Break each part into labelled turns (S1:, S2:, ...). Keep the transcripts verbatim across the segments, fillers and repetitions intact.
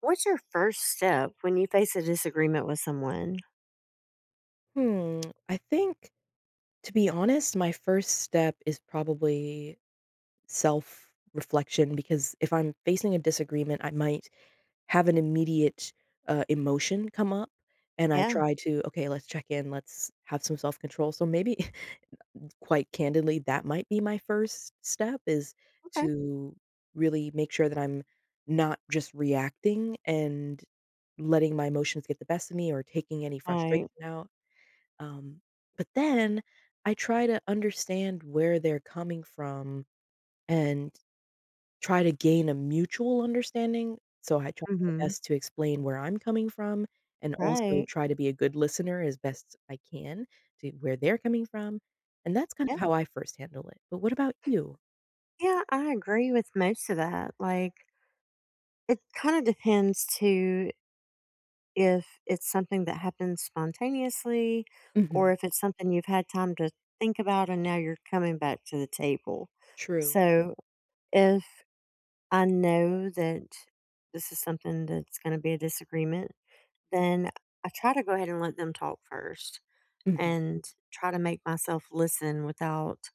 S1: What's your first step when you face a disagreement with someone?
S2: Hmm, I think, to be honest, my first step is probably self-reflection because if I'm facing a disagreement, I might have an immediate, uh, emotion come up, and I
S1: Yeah.
S2: try to, "Okay, let's check in, let's have some self-control." So maybe, quite candidly, that might be my first step is
S1: Okay.
S2: to really make sure that I'm not just reacting and letting my emotions get the best of me or taking any frustration
S1: Right.
S2: out. Um, but then I try to understand where they're coming from and try to gain a mutual understanding. So I try
S1: Mm,
S2: my
S1: hmm.
S2: best to explain where I'm coming from and also
S1: Right.
S2: try to be a good listener as best I can to where they're coming from. And that's kind
S1: Yeah.
S2: of how I first handle it. But what about you?
S1: Yeah, I agree with most of that. Like, it kind of depends to if it's something that happens spontaneously
S2: Hmm.
S1: or if it's something you've had time to think about and now you're coming back to the table.
S2: True.
S1: So, if I know that this is something that's going to be a disagreement, then I try to go ahead and let them talk first.
S2: Hmm.
S1: And try to make myself listen without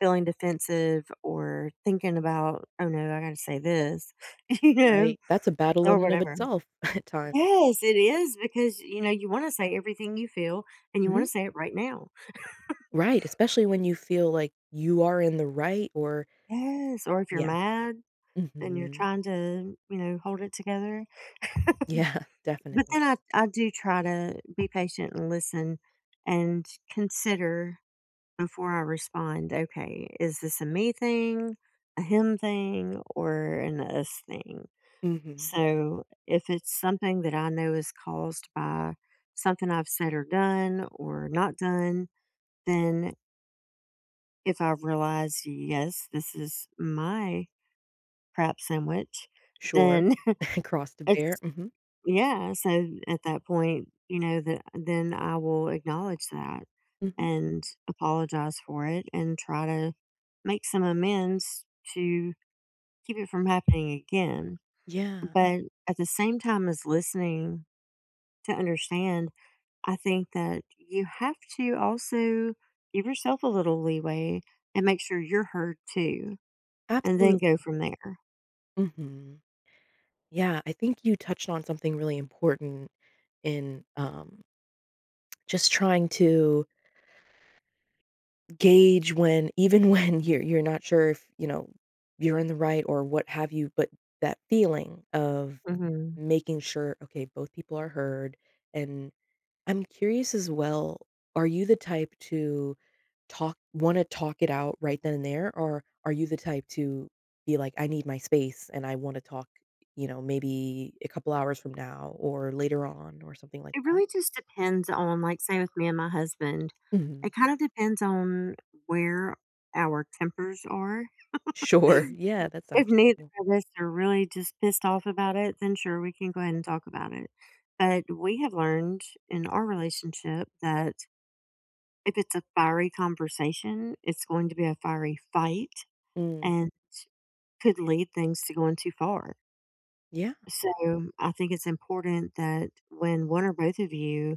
S1: feeling defensive or thinking about, oh no, I gotta say this, you know,
S2: Right. That's a battle
S1: or
S2: in and of
S1: whatever.
S2: itself at times.
S1: Yes, it is because you know, you want to say everything you feel and you want
S2: Hmm.
S1: to say it right now.
S2: Right. Especially when you feel like you are in the right or,
S1: Yes. Or if you're
S2: yeah.
S1: mad and you're
S2: Hmm.
S1: trying to, you know, hold it together.
S2: Yeah,
S1: But
S2: definitely.
S1: then I, I do try to be patient and listen and consider before I respond, okay, is this a me thing, a him thing, or an us thing?
S2: Mhm.
S1: So if it's something that I know is caused by something I've said or done or not done, then if I realize, yes, this is my crap sandwich,
S2: Sure.
S1: then
S2: Cross to bear.
S1: it's
S2: Mhm,
S1: yeah, so at that point, you know, that then I will acknowledge that
S2: mhm.
S1: and apologize for it and try to make some amends to keep it from happening again.
S2: Yeah,
S1: But at the same time as listening to understand, I think that you have to also give yourself a little leeway and make sure you're heard too, and
S2: absolutely.
S1: then go from there.
S2: Mhm. Yeah, I think you touched on something really important in, um, just trying to gauge when even when you're you're not sure if, you know, you're in the right or what have you, but that feeling of
S1: Hmm.
S2: making sure, okay, both people are heard, and I'm curious as well, are you the type to Talk wanna talk it out right then and there, or are you the type to be like, "I need my space and I wanna talk," you know, "maybe a couple hours from now or later on," or something like
S1: It
S2: that?
S1: really just depends on, like, say with me and my husband,
S2: Mhm.
S1: it kind of depends on where our tempers are.
S2: Sure. Yeah, that's
S1: If neither
S2: understandable.
S1: of us are really just pissed off about it, then sure, we can go ahead and talk about it. But we have learned in our relationship that if it's a fiery conversation, it's going to be a fiery fight
S2: Mm.
S1: and could lead things to going too far.
S2: Yeah.
S1: So I think it's important that when one or both of you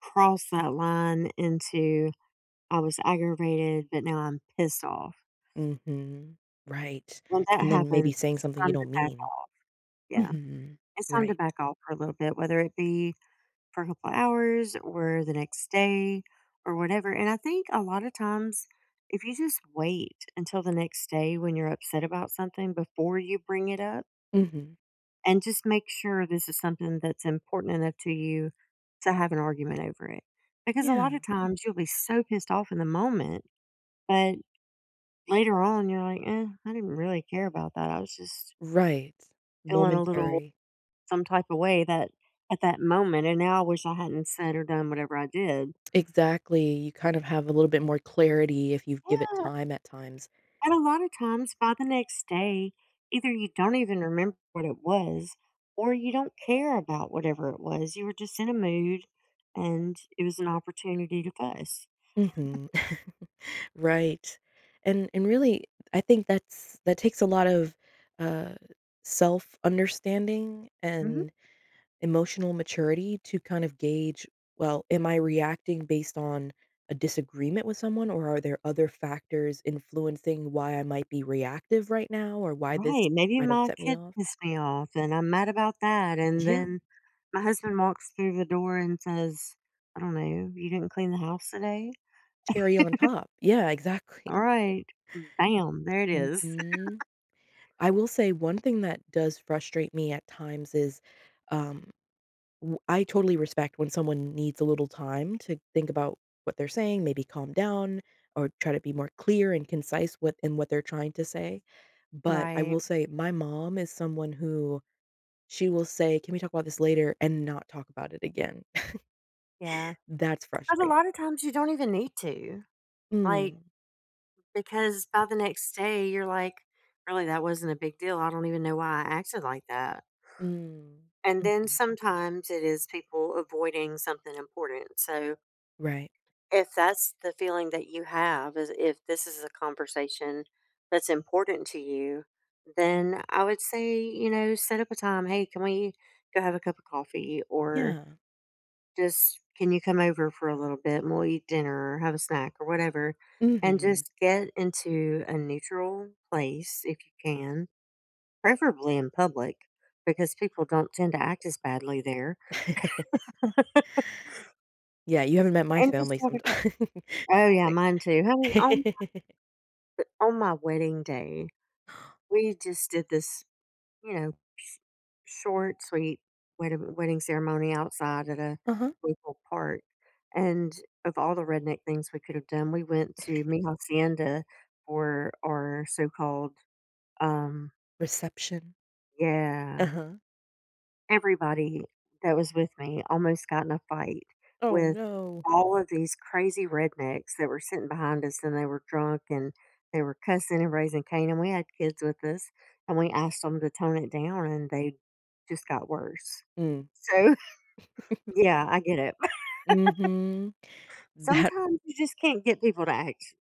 S1: cross that line into I was aggravated, but now I'm pissed off.
S2: Mhm. Right.
S1: When that
S2: And then maybe
S1: happens,
S2: saying
S1: it's
S2: something you
S1: time to
S2: don't
S1: back
S2: mean.
S1: off. Yeah.
S2: Mhm.
S1: It's time to
S2: Right.
S1: back off for a little bit, whether it be for a couple of hours or the next day or whatever. And I think a lot of times, if you just wait until the next day when you're upset about something before you bring it up
S2: Mhm.
S1: and just make sure this is something that's important enough to you to have an argument over it. Because a lot of
S2: Yeah.
S1: times you'll be so pissed off in the moment, but later on, you're like, "Eh, I didn't really care about that. I was just
S2: Right.
S1: feeling a little
S2: Momentary.
S1: some type of way that at that moment, and now I wish I hadn't said or done whatever I did."
S2: Exactly. You kind of have a little bit more clarity if you give it
S1: Yeah,
S2: time at times.
S1: and a lot of times by the next day, either you don't even remember what it was or you don't care about whatever it was. You were just in a mood and it was an opportunity to fuss.
S2: Mhm. Right. And and really, I think that's that takes a lot of, uh, self-understanding
S1: Mhm.
S2: and emotional maturity to kind of gauge, well, am I reacting based on a disagreement with someone, or are there other factors influencing why I might be reactive right now or why this
S1: Right, maybe
S2: might have
S1: my
S2: set me
S1: kid
S2: off?
S1: pissed me off and I'm mad about that, and
S2: Yeah.
S1: then my husband walks through the door and says, I don't know, you didn't clean the house today?
S2: Cherry on top. Yeah, exactly.
S1: All right. Bam, there it is.
S2: Mhm. I will say one thing that does frustrate me at times is, um W I totally respect when someone needs a little time to think about what they're saying, maybe calm down or try to be more clear and concise what in what they're trying to say, but I will
S1: Right.
S2: say my mom is someone who she will say, "Can we talk about this later?" and not talk about it again.
S1: Yeah.
S2: That's
S1: But a
S2: frustrating.
S1: lot of times you don't even need to. Like,
S2: Mm,
S1: because by the next day, you're like, really, that wasn't a big deal. I don't even know why I acted like that.
S2: mm,
S1: And then
S2: mhm,
S1: sometimes it is people avoiding something important. So
S2: right.
S1: if that's the feeling that you have, is if this is a conversation that's important to you, then I would say, you know, set up a time. Hey, can we go have a cup of coffee? Or
S2: Yeah.
S1: just can you come over for a little bit and we'll eat dinner or have a snack or whatever? And
S2: Mhm.
S1: just get into a neutral place if you can, preferably in public, because people don't tend to act as badly there and
S2: Yeah, you haven't met my
S1: just
S2: family
S1: talk it up.
S2: sometimes.
S1: Oh yeah, mine too. Honey, on on my wedding day, we just did this, you know, sh- short, sweet wed- wedding ceremony outside at a
S2: Uh-huh.
S1: local park. And of all the redneck things we could have done, we went to Mi Hacienda for our so called, um,
S2: Reception.
S1: yeah,
S2: Uh-huh.
S1: everybody that was with me almost got in a fight
S2: Oh,
S1: with
S2: no.
S1: all of these crazy rednecks that were sitting behind us, and they were drunk, and they were cussing and raising Cain, and we had kids with us, and we asked them to tone it down, and they just got worse.
S2: Mm.
S1: So, yeah, I get it.
S2: Mhm. That
S1: Sometimes you just can't get people to act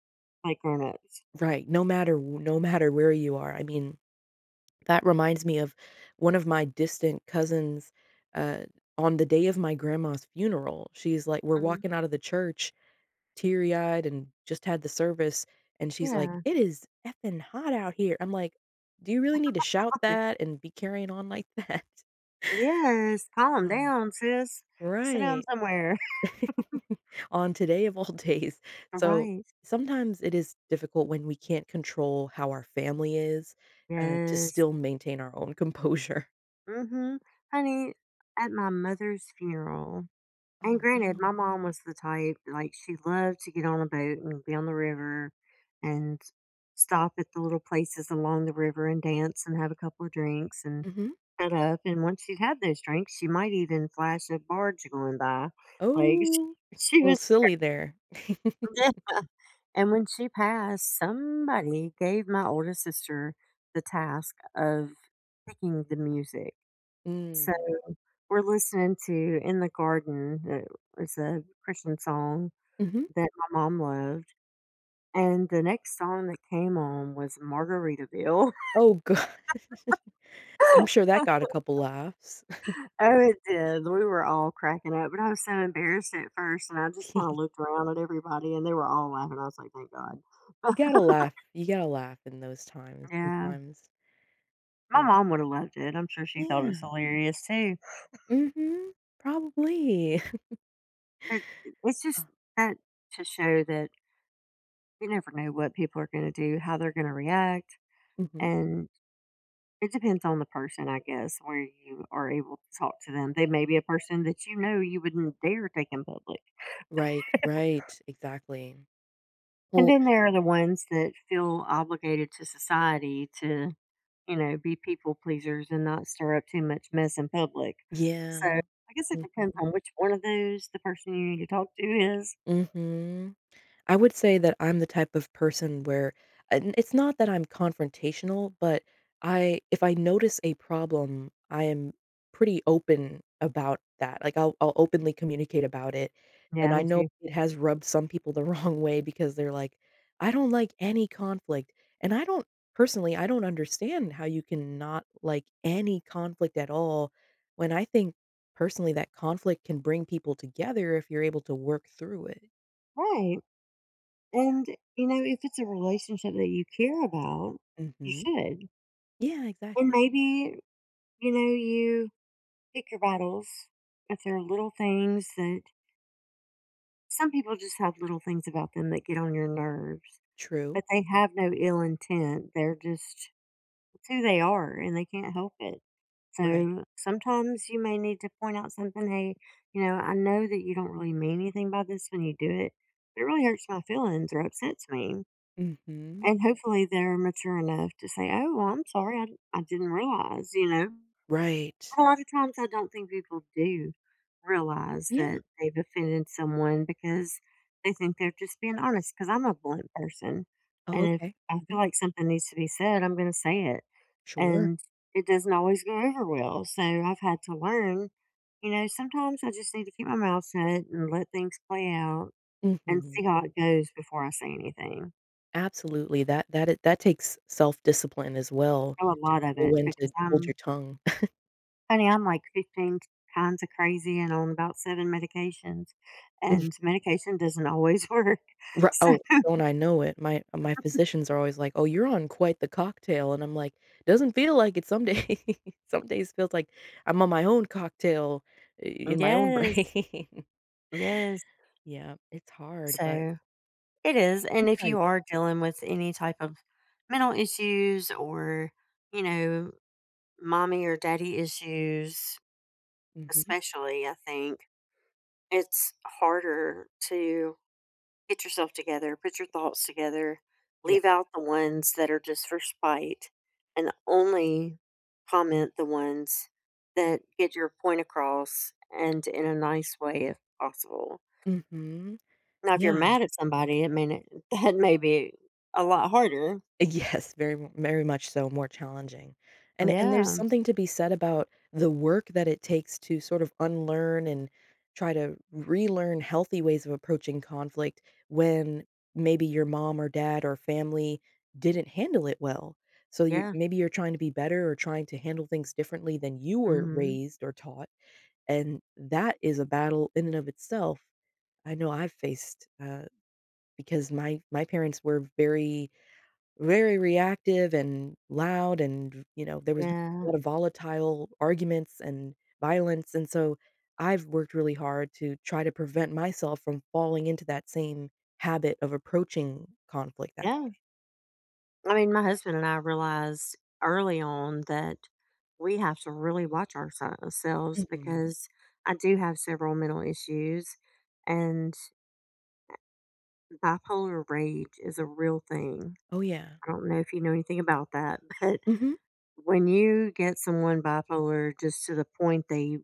S1: like grown-ups.
S2: right, no matter w no matter where you are, I mean, that reminds me of one of my distant cousins, uh, on the day of my grandma's funeral, she's like we're
S1: Mhm.
S2: walking out of the church teary-eyed and just had the service, and she's like,
S1: Yeah.
S2: "It is effing hot out here." I'm like, "Do you really need to shout that and be carrying on like that?"
S1: Yes, "Calm
S2: Oh.
S1: down, sis. Sit down
S2: Right.
S1: somewhere."
S2: On today of all days. So
S1: Right.
S2: sometimes it is difficult when we can't control how our family is uh, to
S1: Yes.
S2: still maintain our own composure.
S1: Mhm. Honey, at my mother's funeral and
S2: Oh
S1: granted,
S2: no.
S1: my mom was the type, like, she loved to get on a boat and be on the river and stop at the little places along the river and dance and have a couple of drinks and
S2: Hmm.
S1: shut up, and once she'd had those drinks, she might even flash a barge going by. Like,
S2: Oh, a
S1: she
S2: little
S1: was
S2: silly there.
S1: yeah, and when she passed, somebody gave my older sister the task of picking the music, so
S2: Mm.
S1: we're listening to "In the Garden," it was a Christian song
S2: Hmm.
S1: that my mom loved, and the next song that came on was Margaritaville.
S2: Oh god, I'm sure that got a couple laughs.
S1: Oh, it did, we were all cracking up, but I was so embarrassed at first, and I just
S2: You
S1: kinda looked around at everybody, and they were all laughing, I was like, "Thank God."
S2: gotta laugh. You gotta laugh in those times
S1: Yeah.
S2: sometimes.
S1: My
S2: Oh
S1: mom would have loved it, I'm sure she thought it was
S2: yeah.
S1: hilarious too,
S2: Hmm. Probably.
S1: but it's just that to show that you never know what people are gonna do, how they're gonna react,
S2: Hmm.
S1: and it depends on the person, I guess, where you are able to talk to them. They may be a person that you know you wouldn't dare take in public.
S2: Right. Right. Exactly.
S1: And
S2: Well,
S1: then there are the ones that feel obligated to society to, you know, be people pleasers and not stir up too much mess in public.
S2: yeah.
S1: So I guess it depends
S2: Uhum.
S1: on which one of those the person you need to talk to is.
S2: Uhum. I would say that I'm the type of person where and it's not that I'm confrontational, but I if I notice a problem, I am pretty open about that. Like I'll I'll openly communicate about it.
S1: Yeah,
S2: And I
S1: me
S2: know
S1: too.
S2: it has rubbed some people the wrong way because they're like, "I don't like any conflict." And I don't personally, I don't understand how you can not like any conflict at all when I think personally that conflict can bring people together if you're able to work through it.
S1: Right. And, you know, if it's a relationship that you care about, you
S2: Mhm.
S1: should.
S2: Yeah,
S1: And
S2: exactly.
S1: maybe, you know, you pick your battles. If there are little things that some people just have little things about them that get on your nerves,
S2: True.
S1: but they have no ill intent. They're just it's who they are and they can't help it.
S2: Right.
S1: So sometimes you may need to point out something, hey, you know, I know that you don't really mean anything by this when you do it, but it really hurts my feelings or upsets me.
S2: Mhm.
S1: And hopefully they're mature enough to say, oh, well, I'm sorry, I, I didn't realize, you know.
S2: Right.
S1: A lot of times I don't think people do realize
S2: Yeah.
S1: that they've offended someone because they think they're just being honest. Because 'cause I'm a blunt person,
S2: Oh,
S1: and if
S2: okay.
S1: I feel
S2: Mhm.
S1: like something needs to be said, I'm gonna say it,
S2: Sure.
S1: and it doesn't always go over well, so I've had to learn, you know, sometimes I just need to keep my mouth shut and let things play out and
S2: Mhm.
S1: see how it goes before I say anything.
S2: Absolutely. That that i that takes self-discipline as well
S1: Oh, a
S2: to
S1: lot of
S2: know
S1: it
S2: when
S1: because
S2: to hold
S1: I'm
S2: your tongue.
S1: Honey, I'm like fifteen kinds of crazy and on about seven medications, and medication doesn't always work.
S2: Ri
S1: So
S2: Oh, don't I know it. My my physicians are always like, "Oh, you're on quite the cocktail," and I'm like, "Doesn't feel like it some days." Some days feels like I'm on my own cocktail I in my own
S1: yes,
S2: brain.
S1: yes.
S2: Yeah, it's hard, but
S1: So, it is, and if you are dealing with any type of mental issues or, you know, mommy or daddy issues,
S2: mhm.
S1: especially, I think, it's harder to get yourself together, put your thoughts together, leave
S2: Yes.
S1: out the ones that are just for spite, and only comment the ones that get your point across and in a nice way if possible.
S2: Mhm.
S1: Now, if you're
S2: Yeah.
S1: mad at somebody, I mean, it, that may be a lot harder.
S2: Yes, very m very much so, more challenging. And and there's
S1: Yeah,
S2: something to be said about the work that it takes to sort of unlearn and try to relearn healthy ways of approaching conflict when maybe your mom or dad or family didn't handle it well. So you
S1: yeah,
S2: maybe you're trying to be better or trying to handle things differently than you were
S1: hmm,
S2: raised or taught, and that is a battle in and of itself. I know I've faced, uh, because my my parents were very very reactive and loud and, you know, there was a
S1: yeah,
S2: lot of volatile arguments and violence, and so I've worked really hard to try to prevent myself from falling into that same habit of approaching conflict that
S1: yeah. I mean, my husband and I realized early on that we have to really watch ourselves
S2: mhm.
S1: because I do have several mental issues, and bipolar rage is a real thing.
S2: Oh, yeah.
S1: I don't know if you know anything about that, but
S2: Mhm.
S1: when you get someone bipolar just to the point they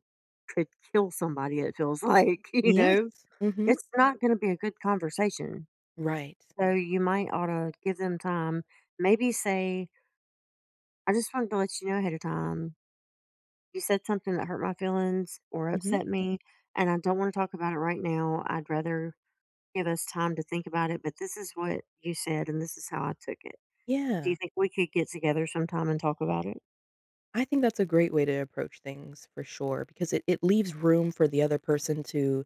S1: could kill somebody, it feels like, you
S2: Yes.
S1: know,
S2: Mhm.
S1: it's not going to be a good conversation.
S2: Right.
S1: So you might ought to give them time. Maybe say, I just wanted to let you know ahead of time you said something that hurt my feelings or
S2: Mhm.
S1: upset me, and I don't want to talk about it right now. I'd rather give us time to think about it, but this is what you said, and this is how I took it. Do you
S2: Yeah.
S1: think we could get together sometime and talk about it?
S2: I think that's a great way to approach things for sure because it it leaves room for the other person to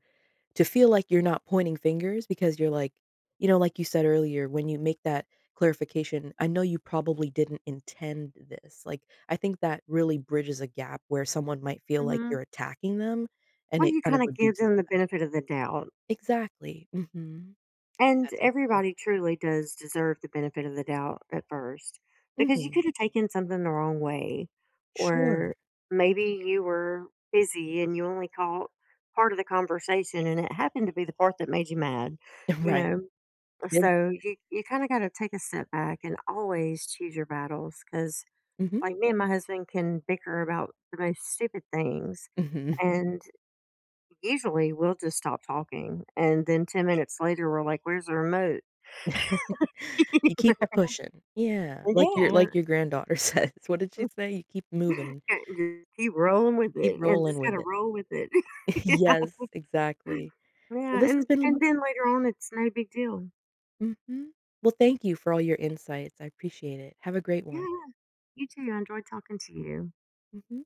S2: To feel like you're not pointing fingers because you're like you know, like you said earlier, when you make that clarification, I know you probably didn't intend this. Like, I think that really bridges a gap where someone might feel like
S1: Hmm.
S2: you're attacking them, and
S1: Well,
S2: it
S1: you
S2: kind of
S1: kinda give
S2: reduces
S1: them the benefit of the doubt,
S2: exactly. Mhm. I think
S1: and
S2: that's helpful.
S1: everybody truly does deserve the benefit of the doubt at first, because you
S2: Mhm.
S1: could have taken something the wrong way,
S2: Sure.
S1: or maybe you were busy and you only caught part of the conversation, and it happened to be the part that made you mad, you
S2: Right.
S1: know?
S2: And
S1: So, you you kinda gotta take a step back and always choose your battles, because
S2: mhm.
S1: like, me and my husband can bicker about the most stupid things,
S2: Mhm.
S1: and usually, we'll just stop talking, and then ten minutes later, we're like, "Where's the remote?"
S2: You keep it pushing. Yeah. Like your
S1: Yeah.
S2: like your granddaughter says. What did she say? "You keep moving.
S1: Just keep rolling with
S2: You keep
S1: it, and just
S2: rolling with
S1: gotta
S2: it."
S1: roll with it. Yeah.
S2: Yes, exactly. Well,
S1: Yeah,
S2: this has
S1: and
S2: been lo
S1: and then later on, it's no big deal.
S2: mhm. Well, thank you for all your insights. I appreciate it. Have a great one.
S1: Yeah, you too. I enjoyed talking to you.
S2: Mhm.